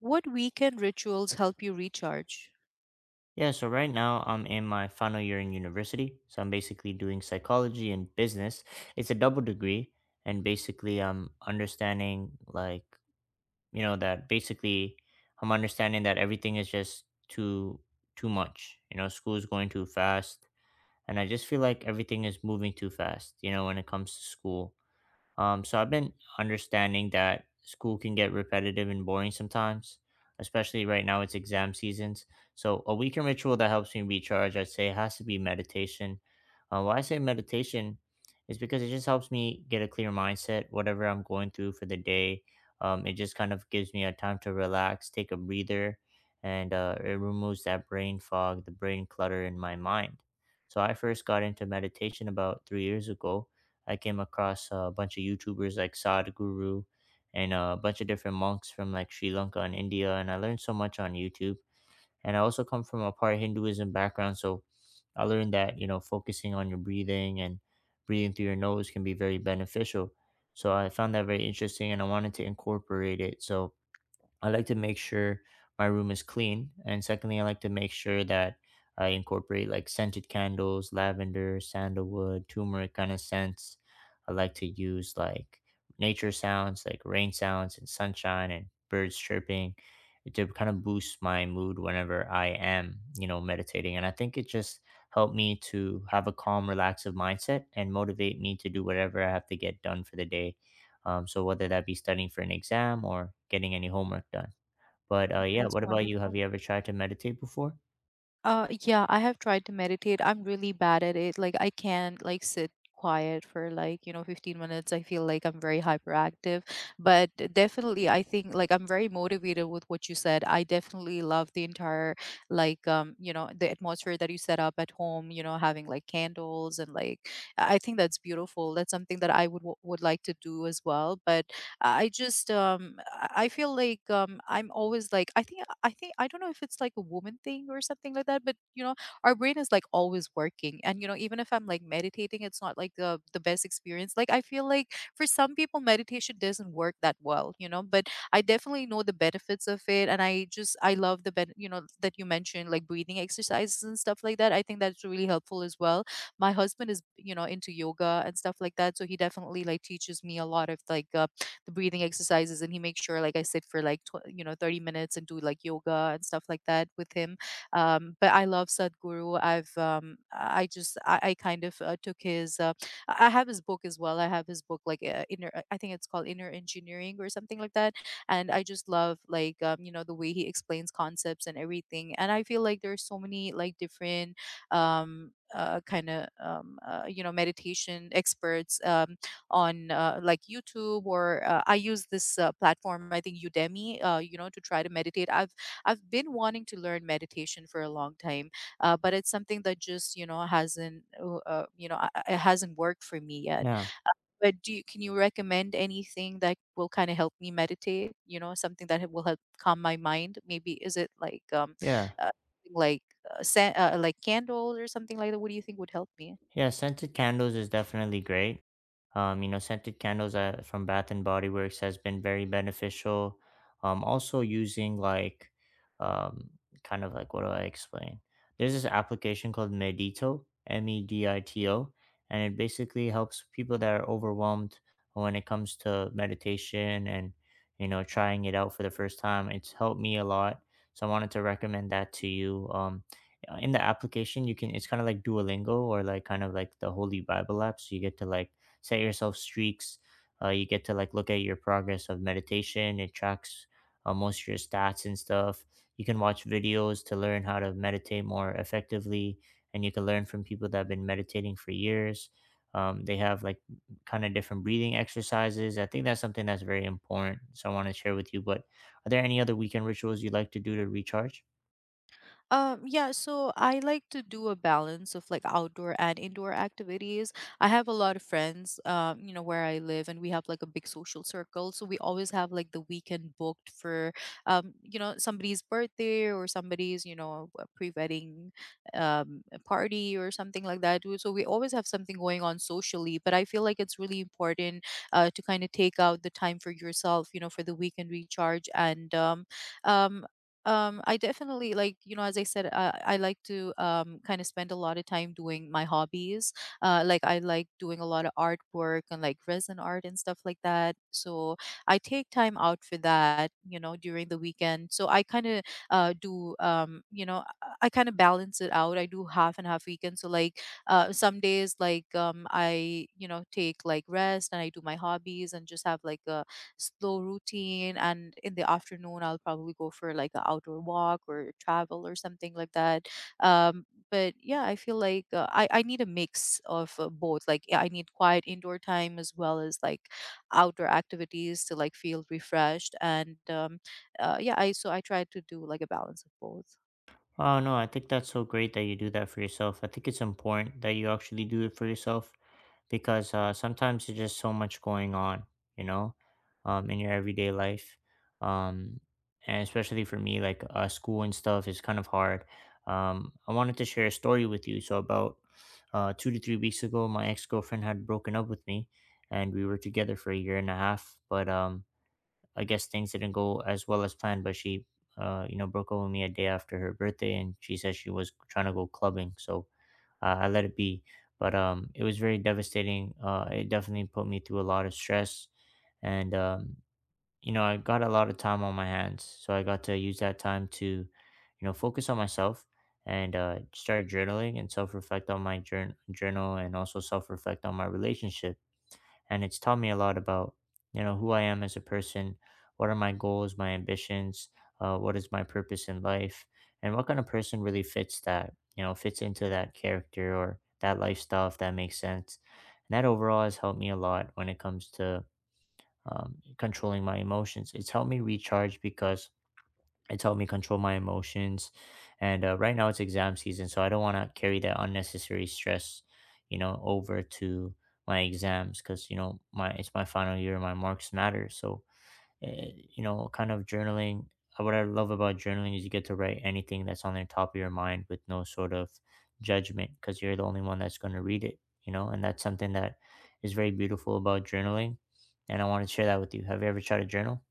What weekend rituals help you recharge? Yeah, so right now I'm in my final year in university. So I'm basically doing psychology and business. It's a double degree. And basically, I'm understanding, like, that basically I'm understanding that everything is just too much. You know, school is going too fast. And I just feel like everything is moving too fast, you know, when it comes to school. So I've been understanding that school can get repetitive and boring sometimes, especially right now it's exam seasons. So a weekend ritual that helps me recharge, I'd say, has to be meditation. Why I say meditation is because it just helps me get a clear mindset, whatever I'm going through for the day. It just kind of gives me a time to relax, take a breather, and it removes that brain fog, the brain clutter in my mind. So I first got into meditation about 3 years ago. I came across a bunch of YouTubers like Sad Guru and a bunch of different monks from like Sri Lanka and India, and I learned so much on YouTube. And I also come from a part Hinduism background, so I learned that, you know, focusing on your breathing and breathing through your nose can be very beneficial. So I found that very interesting, and I wanted to incorporate it. So I like to make sure my room is clean. And secondly, I like to make sure that I incorporate like scented candles, lavender, sandalwood, turmeric kind of scents. I like to use like nature sounds, like rain sounds and sunshine and birds chirping to kind of boost my mood whenever I am, you know, meditating. And I think it just helped me to have a calm, relaxive mindset and motivate me to do whatever I have to get done for the day. So whether that be studying for an exam or getting any homework done. But, yeah, That's what about you? Have wonderful. you ever tried to meditate before? Yeah, I have tried to meditate. I'm really bad at it. I can't sit quiet for like 15 minutes. I feel like I'm very hyperactive, but definitely I think I'm very motivated with what you said. I definitely love the entire the atmosphere that you set up at home, you know, having like candles and like I think that's beautiful. That's something that I would would like to do as well, but I just I feel like I'm always like I think I don't know if it's like a woman thing or something like that, but you know, our brain is like always working. And you know, even if I'm like meditating, it's not like the best experience. Like I feel like for some people meditation doesn't work that well, you know, but I definitely know the benefits of it and I just I love the that you mentioned like breathing exercises and stuff like that. I think that's really helpful as well. My husband is you know into yoga and stuff like that, so he definitely like teaches me a lot of the breathing exercises and he makes sure like I sit for like 30 minutes and do like yoga and stuff like that with him, but I love Sadhguru. I kind of took his I have his book as well. I have his book like inner, I think it's called Inner Engineering or something like that, and I just love like you know the way he explains concepts and everything. And I feel like there's so many like different kind of you know meditation experts, on like YouTube or I use this platform, I think Udemy, you know, to try to meditate. I've been wanting to learn meditation for a long time, but it's something that just you know hasn't you know it hasn't worked for me yet. No, But can you recommend anything that will kind of help me meditate? You know, something that will help calm my mind. Maybe is it like yeah. uh, like like candles or something like that? What do you think would help me? Yeah, scented candles is definitely great. You know, scented candles from Bath and Body Works has been very beneficial. Also using like, um, kind of like, what do I explain? There's this application called Medito, M E D I T O, and it basically helps people that are overwhelmed when it comes to meditation and, you know, trying it out for the first time. It's helped me a lot, so I wanted to recommend that to you. In the application you can, it's kind of like Duolingo or like kind of like the Holy Bible app, so you get to like set yourself streaks. You get to like look at your progress of meditation. It tracks most of your stats and stuff. You can watch videos to learn how to meditate more effectively, and you can learn from people that have been meditating for years. They have like kind of different breathing exercises. I think that's something that's very important, so I want to share with you. But are there any other weekend rituals you like to do to recharge? Yeah, so I like to do a balance of like outdoor and indoor activities. I have a lot of friends, you know, where I live, and we have like a big social circle. So we always have like the weekend booked for, you know, somebody's birthday or somebody's, you know, a pre-wedding, a party or something like that. So we always have something going on socially. But I feel like it's really important, to kind of take out the time for yourself, you know, for the weekend recharge and, um, I definitely like, you know, as I said, I like to kind of spend a lot of time doing my hobbies. I like doing a lot of artwork and like resin art and stuff like that. So I take time out for that, you know, during the weekend. So I kind of do, you know, I kind of balance it out. I do half and half weekend. Some days, I, you know, take like rest and I do my hobbies and just have like a slow routine, and in the afternoon I'll probably go for like an outdoor walk or travel or something like that. Um but yeah, I feel like I need a mix of both. Like yeah, I need quiet indoor time as well as like outdoor activities to like feel refreshed and yeah, I so I try to do like a balance of both. Oh no, I think that's so great that you do that for yourself. I think it's important that you actually do it for yourself, because sometimes there's just so much going on, you know, in your everyday life, um, and especially for me, like school and stuff is kind of hard. I wanted to share a story with you. So about 2 to 3 weeks ago, my ex girlfriend had broken up with me, and we were together for a year and a half, but I guess things didn't go as well as planned. But she, you know, broke up with me a day after her birthday, and she said she was trying to go clubbing. So I let it be. But it was very devastating. It definitely put me through a lot of stress, and you know, I got a lot of time on my hands, so I got to use that time to, you know, focus on myself and start journaling and self reflect on my journal, and also self reflect on my relationship. And it's taught me a lot about, you know, who I am as a person, what are my goals, my ambitions, what is my purpose in life, and what kind of person really fits that, you know, fits into that character or that lifestyle, if that makes sense. And that overall has helped me a lot when it comes to, controlling my emotions. It's helped me recharge because it's helped me control my emotions. And right now it's exam season, so I don't want to carry that unnecessary stress, you know, over to my exams, because, you know, my it's my final year, my marks matter. So uh, kind of journaling, what I love about journaling is you get to write anything that's on the top of your mind with no sort of judgment, because you're the only one that's going to read it, you know, and that's something that is very beautiful about journaling, and I want to share that with you. Have you ever tried to journal?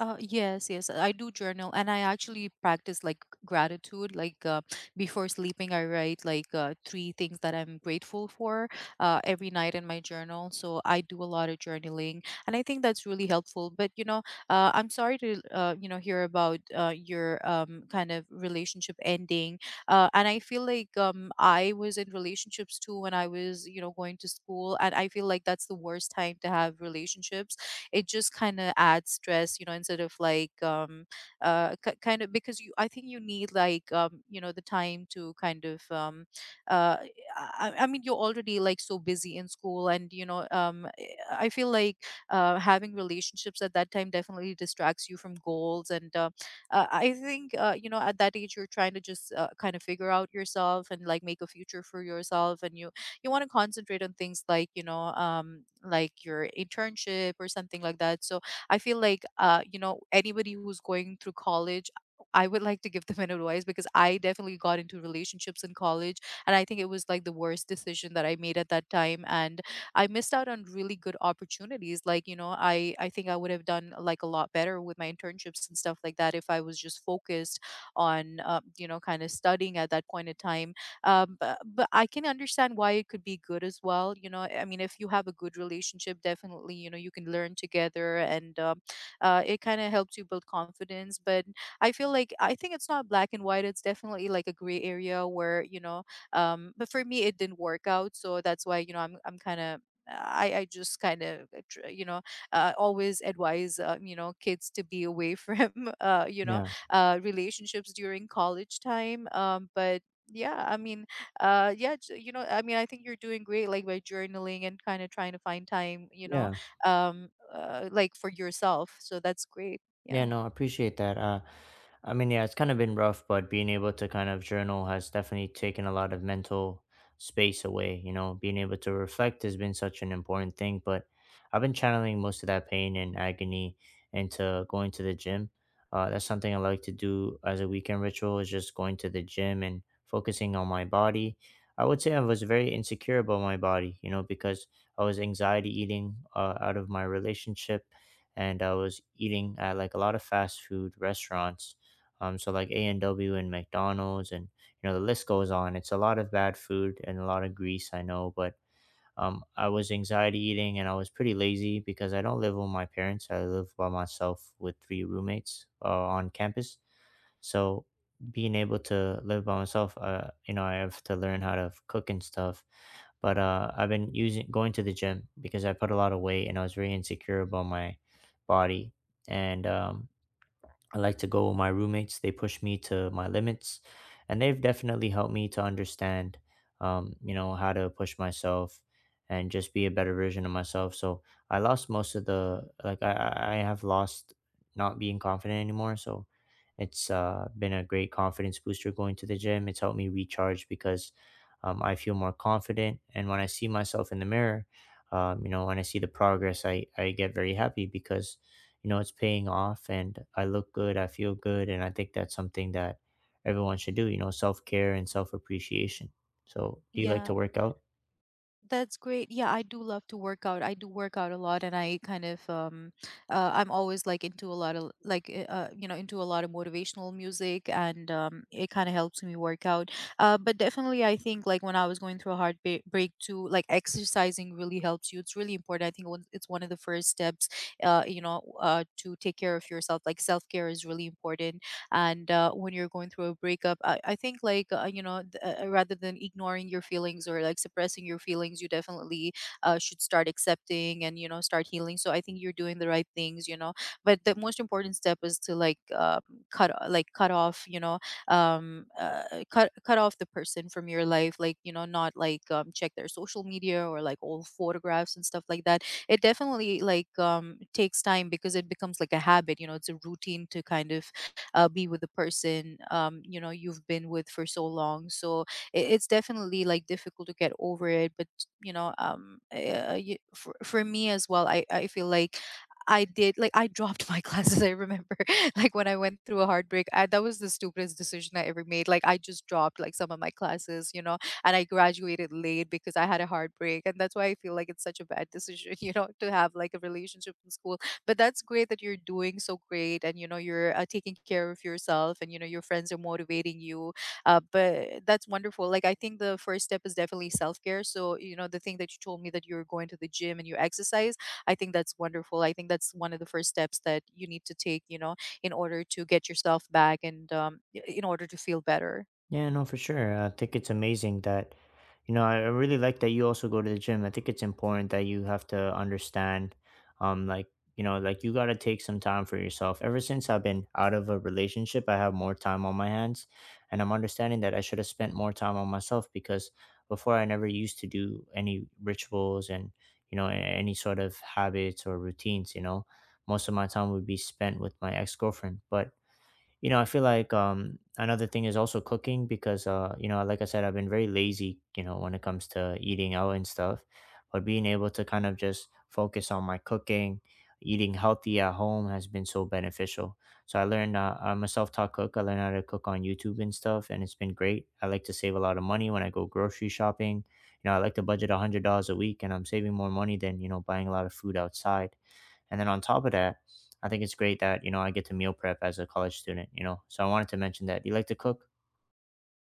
Yes, I do journal, and I actually practice like gratitude. Before sleeping, I write three things that I'm grateful for every night in my journal. So I do a lot of journaling, and I think that's really helpful. But you know, I'm sorry to you know hear about your kind of relationship ending, and I feel like I was in relationships too when I was you know going to school, and I feel like that's the worst time to have relationships. It just kind of adds stress, you know, instead of kind of because you I think you need like you know the time to kind of uh I mean you're already like so busy in school and you know I feel like having relationships at that time definitely distracts you from goals, and I think, you know, at that age you're trying to just kind of figure out yourself and like make a future for yourself, and you want to concentrate on things like you know like your internship or something like that. So I feel like you know anybody who's going through college, I would like to give them an advice, because I definitely got into relationships in college and I think it was like the worst decision that I made at that time. And I missed out on really good opportunities. Like you know I think I would have done like a lot better with my internships and stuff like that if I was just focused on you know kind of studying at that point in time. But I can understand why it could be good as well. You know, I mean if you have a good relationship definitely you know you can learn together and it kind of helps you build confidence, but I feel like I think it's not black and white. It's definitely like a gray area where you know but for me it didn't work out, so that's why you know I'm kind of I just kind of you know always advise, you know, kids to be away from uh, you know Yeah. Relationships during college time. But yeah I mean, you know I mean I think you're doing great like by journaling and kind of trying to find time you know Yeah. Like for yourself, so that's great, Yeah, yeah. no, I appreciate that. I mean, yeah, it's kind of been rough, but being able to kind of journal has definitely taken a lot of mental space away. You know, being able to reflect has been such an important thing, but I've been channeling most of that pain and agony into going to the gym. That's something I like to do as a weekend ritual, is just going to the gym and focusing on my body. I would say I was very insecure about my body, you know, because I was anxiety eating out of my relationship, and I was eating at like a lot of fast food restaurants. So like A&W and McDonald's, and, you know, the list goes on. It's a lot of bad food and a lot of grease, I know, but I was anxiety eating, and I was pretty lazy because I don't live with my parents. I live by myself with three roommates on campus. So being able to live by myself, you know, I have to learn how to cook and stuff. But I've been using going to the gym because I put a lot of weight and I was very insecure about my body. And I like to go with my roommates. They push me to my limits, and they've definitely helped me to understand, you know, how to push myself and just be a better version of myself. So I lost most of the like I have lost not being confident anymore. So it's been a great confidence booster going to the gym. It's helped me recharge because, I feel more confident, and when I see myself in the mirror, you know, when I see the progress, I get very happy because, you know, it's paying off and I look good, I feel good, and I think that's something that everyone should do, you know, self-care and self-appreciation. So do you like to Yeah. work out? That's great. Yeah, I do love to work out. I do work out a lot, and I kind of I'm always like into a lot of you know into a lot of motivational music, and it kind of helps me work out. But definitely, I think like when I was going through a hard break too, like exercising really helps you. It's really important. I think it's one of the first steps, to take care of yourself. Like self care is really important. And when you're going through a breakup, I think like you know rather than ignoring your feelings or like suppressing your feelings, you definitely should start accepting and you know start healing. So I think you're doing the right things, you know. But the most important step is to like like cut off, you know, um uh, cut off the person from your life. Like you know, not like check their social media or like old photographs and stuff like that. It definitely like takes time because it becomes like a habit. You know, it's a routine to kind of be with the person you know you've been with for so long. So it's definitely like difficult to get over it. But you know, for me as well, I feel like I did like I dropped my classes. I remember like when I went through a heartbreak, that was the stupidest decision I ever made. Like I just dropped like some of my classes, you know, and I graduated late because I had a heartbreak, and that's why I feel like it's such a bad decision, you know, to have like a relationship in school. But that's great that you're doing so great and you know you're taking care of yourself and you know your friends are motivating you. But that's wonderful. Like I think the first step is definitely self-care. So you know the thing that you told me that you're going to the gym and you exercise, I think that's wonderful. I think that's one of the first steps that you need to take, you know, in order to get yourself back and in order to feel better. Yeah, no, for sure. I think it's amazing that, you know, I really like that you also go to the gym. I think it's important that you have to understand, like, you know, like you got to take some time for yourself. Ever since I've been out of a relationship, I have more time on my hands. And I'm understanding that I should have spent more time on myself because before I never used to do any rituals and, you know, any sort of habits or routines, you know. Most of my time would be spent with my ex girlfriend. But, you know, I feel like another thing is also cooking because, you know, like I said, I've been very lazy, you know, when it comes to eating out and stuff. But being able to kind of just focus on my cooking, eating healthy at home has been so beneficial. So I'm a self taught cook. I learned how to cook on YouTube and stuff, and it's been great. I like to save a lot of money when I go grocery shopping. You know, I like to budget $100 a week, and I'm saving more money than, you know, buying a lot of food outside. And then on top of that, I think it's great that, you know, I get to meal prep as a college student. So I wanted to mention that. Do you like to cook?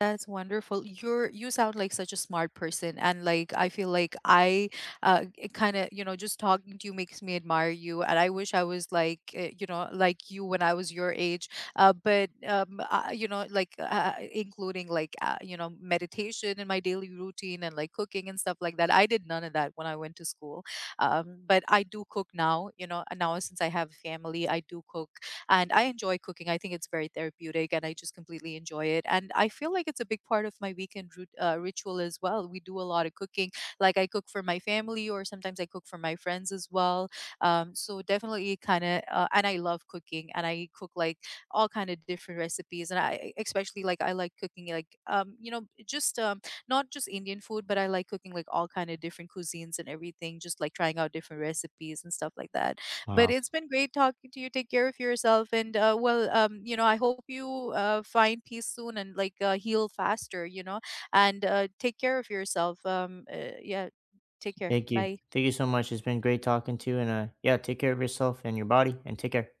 That's wonderful. You sound like such a smart person, and like I feel like uh, kind of you know just talking to you makes me admire you, and I wish I was like you know like you when I was your age. You know including you know meditation in my daily routine and like cooking and stuff like that. I did none of that when I went to school. But I do cook now. You know, and now since I have a family, I do cook and I enjoy cooking. I think it's very therapeutic and I just completely enjoy it. And I feel like it's a big part of my weekend ritual as well. We do a lot of cooking. Like I cook for my family or sometimes I cook for my friends as well. So definitely kind of, and I love cooking and I cook like all kind of different recipes. And especially like I like cooking like, you know, just not just Indian food, but I like cooking like all kind of different cuisines and everything, just like trying out different recipes and stuff like that. But Wow. it's been great talking to you. Take care of yourself, and you know, I hope you find peace soon and like heal faster. You know, and take care of yourself. Yeah, take care. Thank you. Bye. Thank you so much. It's been great talking to you. And yeah, take care of yourself and your body and take care.